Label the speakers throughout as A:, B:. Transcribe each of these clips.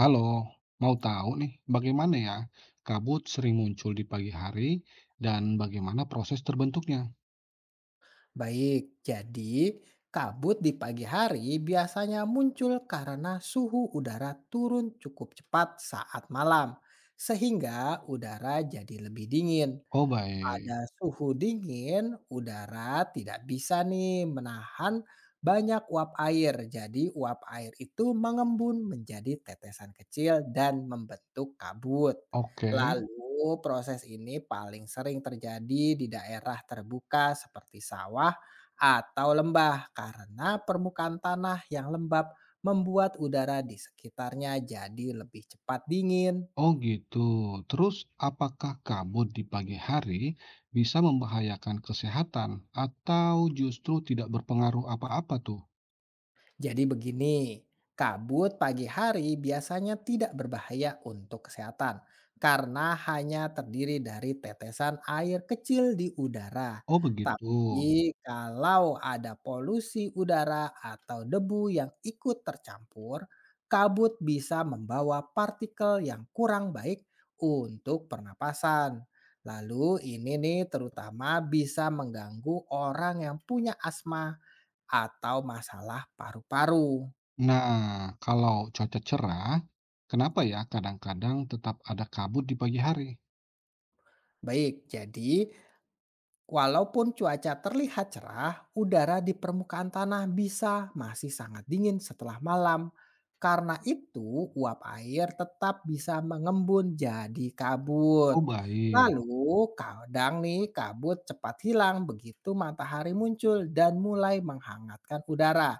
A: Halo, mau tahu nih bagaimana ya kabut sering muncul di pagi hari dan bagaimana proses terbentuknya?
B: Baik, jadi kabut di pagi hari biasanya muncul karena suhu udara turun cukup cepat saat malam, sehingga udara jadi lebih dingin.
A: Oh baik,
B: Pada suhu dingin, udara tidak bisa nih menahan banyak uap air. Jadi uap air itu mengembun menjadi tetesan kecil dan membentuk kabut.
A: oke.
B: Lalu proses ini paling sering terjadi di daerah terbuka seperti sawah atau lembah karena permukaan tanah yang lembab membuat udara di sekitarnya jadi lebih cepat dingin.
A: Oh gitu. Terus apakah kabut di pagi hari bisa membahayakan kesehatan atau justru tidak berpengaruh apa-apa tuh?
B: Jadi begini, kabut pagi hari biasanya tidak berbahaya untuk kesehatan karena hanya terdiri dari tetesan air kecil di udara.
A: Oh begitu.
B: Tapi kalau ada polusi udara atau debu yang ikut tercampur, kabut bisa membawa partikel yang kurang baik untuk pernapasan. Lalu ini nih terutama bisa mengganggu orang yang punya asma atau masalah paru-paru.
A: Nah, kalau cuaca cerah, kenapa ya kadang-kadang tetap ada kabut di pagi hari?
B: Baik, jadi walaupun cuaca terlihat cerah, udara di permukaan tanah bisa masih sangat dingin setelah malam. Karena itu, uap air tetap bisa mengembun jadi
A: Oh
B: kabut.
A: baik,
B: Lalu, kadang nih kabut cepat hilang begitu matahari muncul dan mulai menghangatkan udara.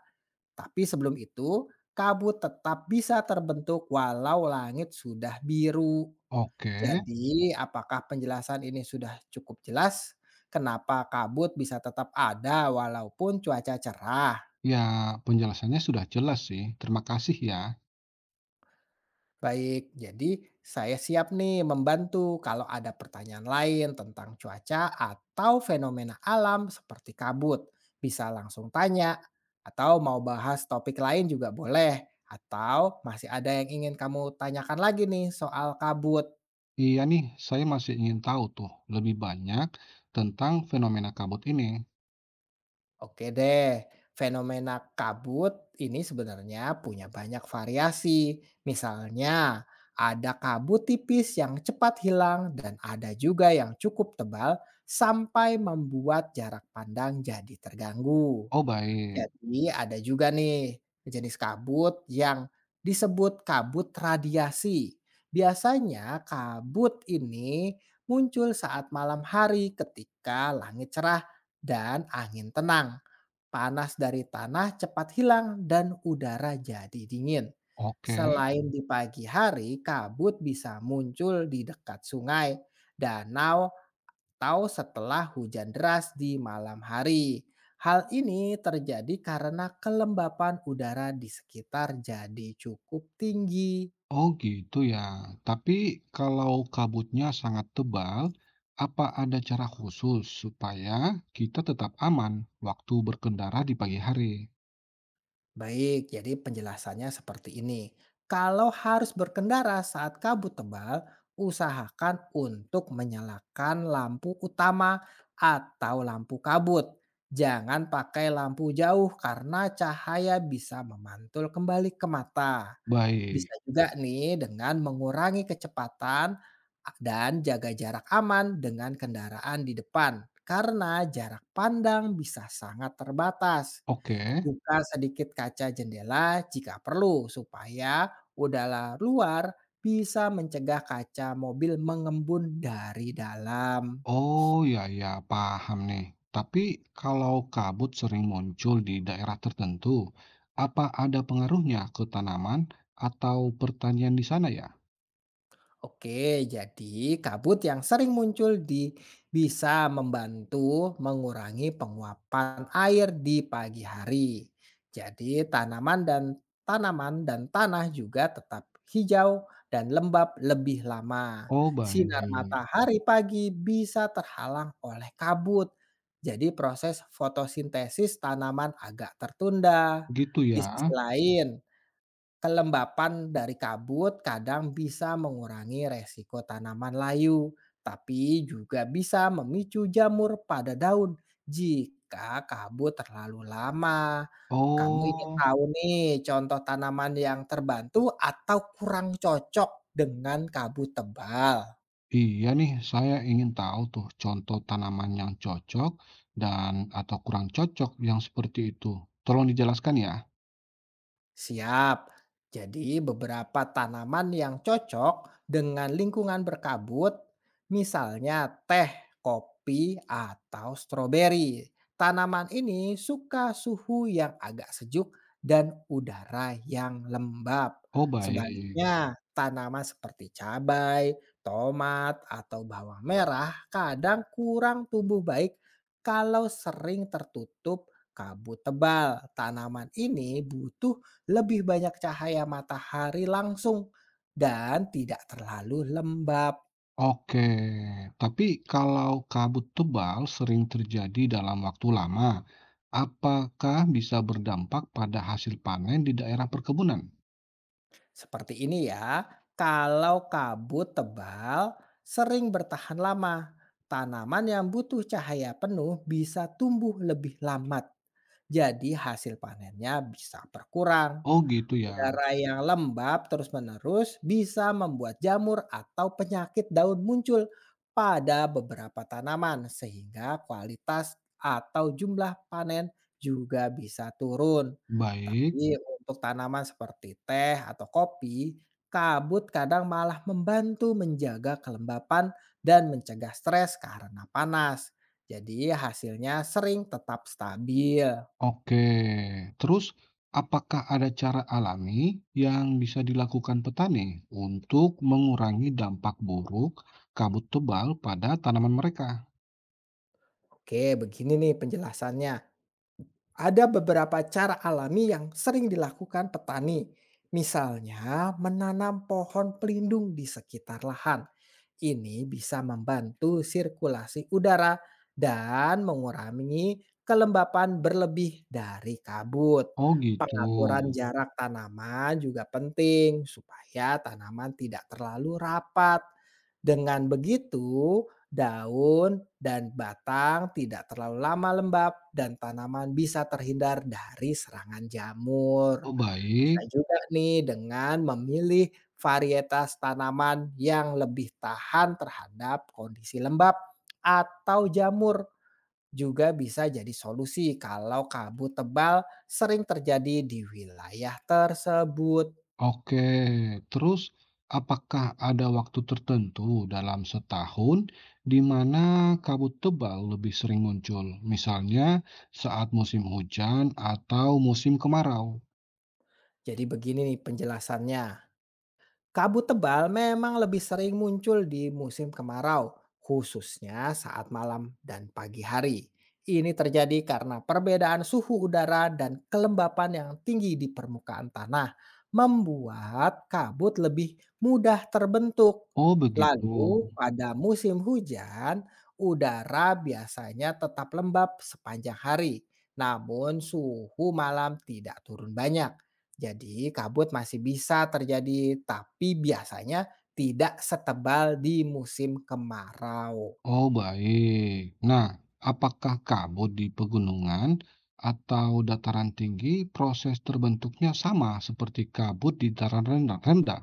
B: Tapi sebelum itu, kabut tetap bisa terbentuk walau langit sudah biru.
A: oke.
B: Jadi, apakah penjelasan ini sudah cukup jelas? Kenapa kabut bisa tetap ada walaupun cuaca cerah?
A: Ya, penjelasannya sudah jelas sih. Terima kasih ya.
B: Baik, jadi saya siap nih membantu kalau ada pertanyaan lain tentang cuaca atau fenomena alam seperti kabut. Bisa langsung tanya atau mau bahas topik lain juga boleh. Atau masih ada yang ingin kamu tanyakan lagi nih soal kabut.
A: Iya nih, saya masih ingin tahu tuh lebih banyak tentang fenomena kabut ini.
B: Oke deh, fenomena kabut ini sebenarnya punya banyak variasi. Misalnya, ada kabut tipis yang cepat hilang dan ada juga yang cukup tebal sampai membuat jarak pandang jadi terganggu.
A: Oh baik,
B: Jadi ada juga nih jenis kabut yang disebut kabut radiasi. Biasanya kabut ini muncul saat malam hari ketika langit cerah dan angin tenang. Panas dari tanah cepat hilang dan udara jadi dingin.
A: oke.
B: Selain di pagi hari, kabut bisa muncul di dekat sungai, danau, atau setelah hujan deras di malam hari. Hal ini terjadi karena kelembapan udara di sekitar jadi cukup tinggi.
A: Oh gitu ya. Tapi kalau kabutnya sangat tebal, apa ada cara khusus supaya kita tetap aman waktu berkendara di pagi hari?
B: Baik, jadi penjelasannya seperti ini. Kalau harus berkendara saat kabut tebal, usahakan untuk menyalakan lampu utama atau lampu kabut. Jangan pakai lampu jauh karena cahaya bisa memantul kembali ke mata. Bisa
A: Baik,
B: juga nih dengan mengurangi kecepatan dan jaga jarak aman dengan kendaraan di depan. Karena jarak pandang bisa sangat terbatas.
A: oke.
B: Buka sedikit kaca jendela jika perlu, supaya udara luar bisa mencegah kaca mobil mengembun dari dalam.
A: Oh, ya ya, paham nih. Tapi kalau kabut sering muncul di daerah tertentu, apa ada pengaruhnya ke tanaman atau pertanian di sana ya?
B: Oke, jadi kabut yang sering muncul di bisa membantu mengurangi penguapan air di pagi hari. Jadi tanaman dan tanah juga tetap hijau dan lembab lebih lama.
A: Oh,
B: Sinar
A: baik.
B: matahari pagi bisa terhalang oleh kabut. Jadi proses fotosintesis tanaman agak tertunda.
A: Gitu
B: Di
A: ya.
B: sisi lain, kelembapan dari kabut kadang bisa mengurangi resiko tanaman layu, tapi juga bisa memicu jamur pada daun jika kabut terlalu lama. Kamu ingin
A: Oh,
B: tahu nih contoh tanaman yang terbantu atau kurang cocok dengan kabut tebal?
A: iya nih, saya ingin tahu tuh contoh tanaman yang cocok dan atau kurang cocok yang seperti itu. Tolong dijelaskan ya.
B: Siap. Jadi beberapa tanaman yang cocok dengan lingkungan berkabut, misalnya teh, kopi, atau stroberi. Tanaman ini suka suhu yang agak sejuk dan udara yang lembab.
A: Oh, baik.
B: Sebaliknya, tanaman seperti cabai, tomat, atau bawang merah kadang kurang tumbuh baik kalau sering tertutup kabut tebal. Tanaman ini butuh lebih banyak cahaya matahari langsung dan tidak terlalu lembab.
A: Oke, tapi kalau kabut tebal sering terjadi dalam waktu lama, apakah bisa berdampak pada hasil panen di daerah perkebunan?
B: Seperti ini ya, kalau kabut tebal sering bertahan lama, tanaman yang butuh cahaya penuh bisa tumbuh lebih lambat. Jadi hasil panennya bisa berkurang.
A: Oh, gitu ya.
B: Udara yang lembab terus-menerus bisa membuat jamur atau penyakit daun muncul pada beberapa tanaman, sehingga kualitas atau jumlah panen juga bisa turun.
A: Baik.
B: Tapi untuk tanaman seperti teh atau kopi, kabut kadang malah membantu menjaga kelembapan dan mencegah stres karena panas. Jadi hasilnya sering tetap stabil.
A: Oke. Terus, apakah ada cara alami yang bisa dilakukan petani untuk mengurangi dampak buruk kabut tebal pada tanaman mereka?
B: Oke, begini nih penjelasannya. Ada beberapa cara alami yang sering dilakukan petani, misalnya menanam pohon pelindung di sekitar lahan. Ini bisa membantu sirkulasi udara dan mengurangi kelembapan berlebih dari kabut.
A: Oh, gitu.
B: Pengaturan jarak tanaman juga penting supaya tanaman tidak terlalu rapat. Dengan begitu, daun dan batang tidak terlalu lama lembab dan tanaman bisa terhindar dari serangan jamur.
A: Oh,
B: Bisa
A: baik.
B: juga nih dengan memilih varietas tanaman yang lebih tahan terhadap kondisi lembab atau jamur juga bisa jadi solusi kalau kabut tebal sering terjadi di wilayah tersebut.
A: Oke, terus apakah ada waktu tertentu dalam setahun di mana kabut tebal lebih sering muncul? Misalnya saat musim hujan atau musim kemarau.
B: Jadi begini nih penjelasannya. Kabut tebal memang lebih sering muncul di musim kemarau, khususnya saat malam dan pagi hari. Ini terjadi karena perbedaan suhu udara dan kelembapan yang tinggi di permukaan tanah membuat kabut lebih mudah terbentuk.
A: Oh, begitu.
B: Lalu, pada musim hujan, udara biasanya tetap lembab sepanjang hari, namun suhu malam tidak turun banyak. Jadi kabut masih bisa terjadi, tapi biasanya tidak setebal di musim kemarau.
A: Oh, baik. Nah, apakah kabut di pegunungan atau dataran tinggi proses terbentuknya sama seperti kabut di dataran rendah?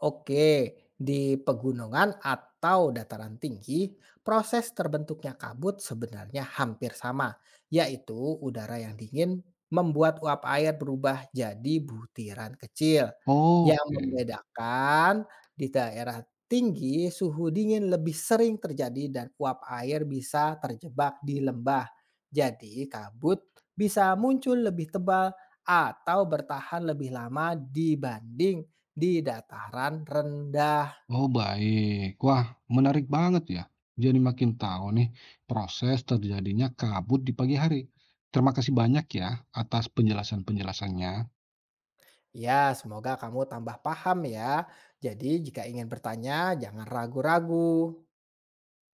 B: Oke, di pegunungan atau dataran tinggi, proses terbentuknya kabut sebenarnya hampir sama, yaitu udara yang dingin membuat uap air berubah jadi butiran kecil. Yang
A: Oke.
B: membedakan di daerah tinggi, suhu dingin lebih sering terjadi dan uap air bisa terjebak di lembah. Jadi kabut bisa muncul lebih tebal atau bertahan lebih lama dibanding di dataran rendah.
A: Oh, baik. Wah, menarik banget ya. Jadi makin tahu nih proses terjadinya kabut di pagi hari. Terima kasih banyak ya atas penjelasan-penjelasannya.
B: Ya, semoga kamu tambah paham ya. Jadi, jika ingin bertanya, jangan ragu-ragu.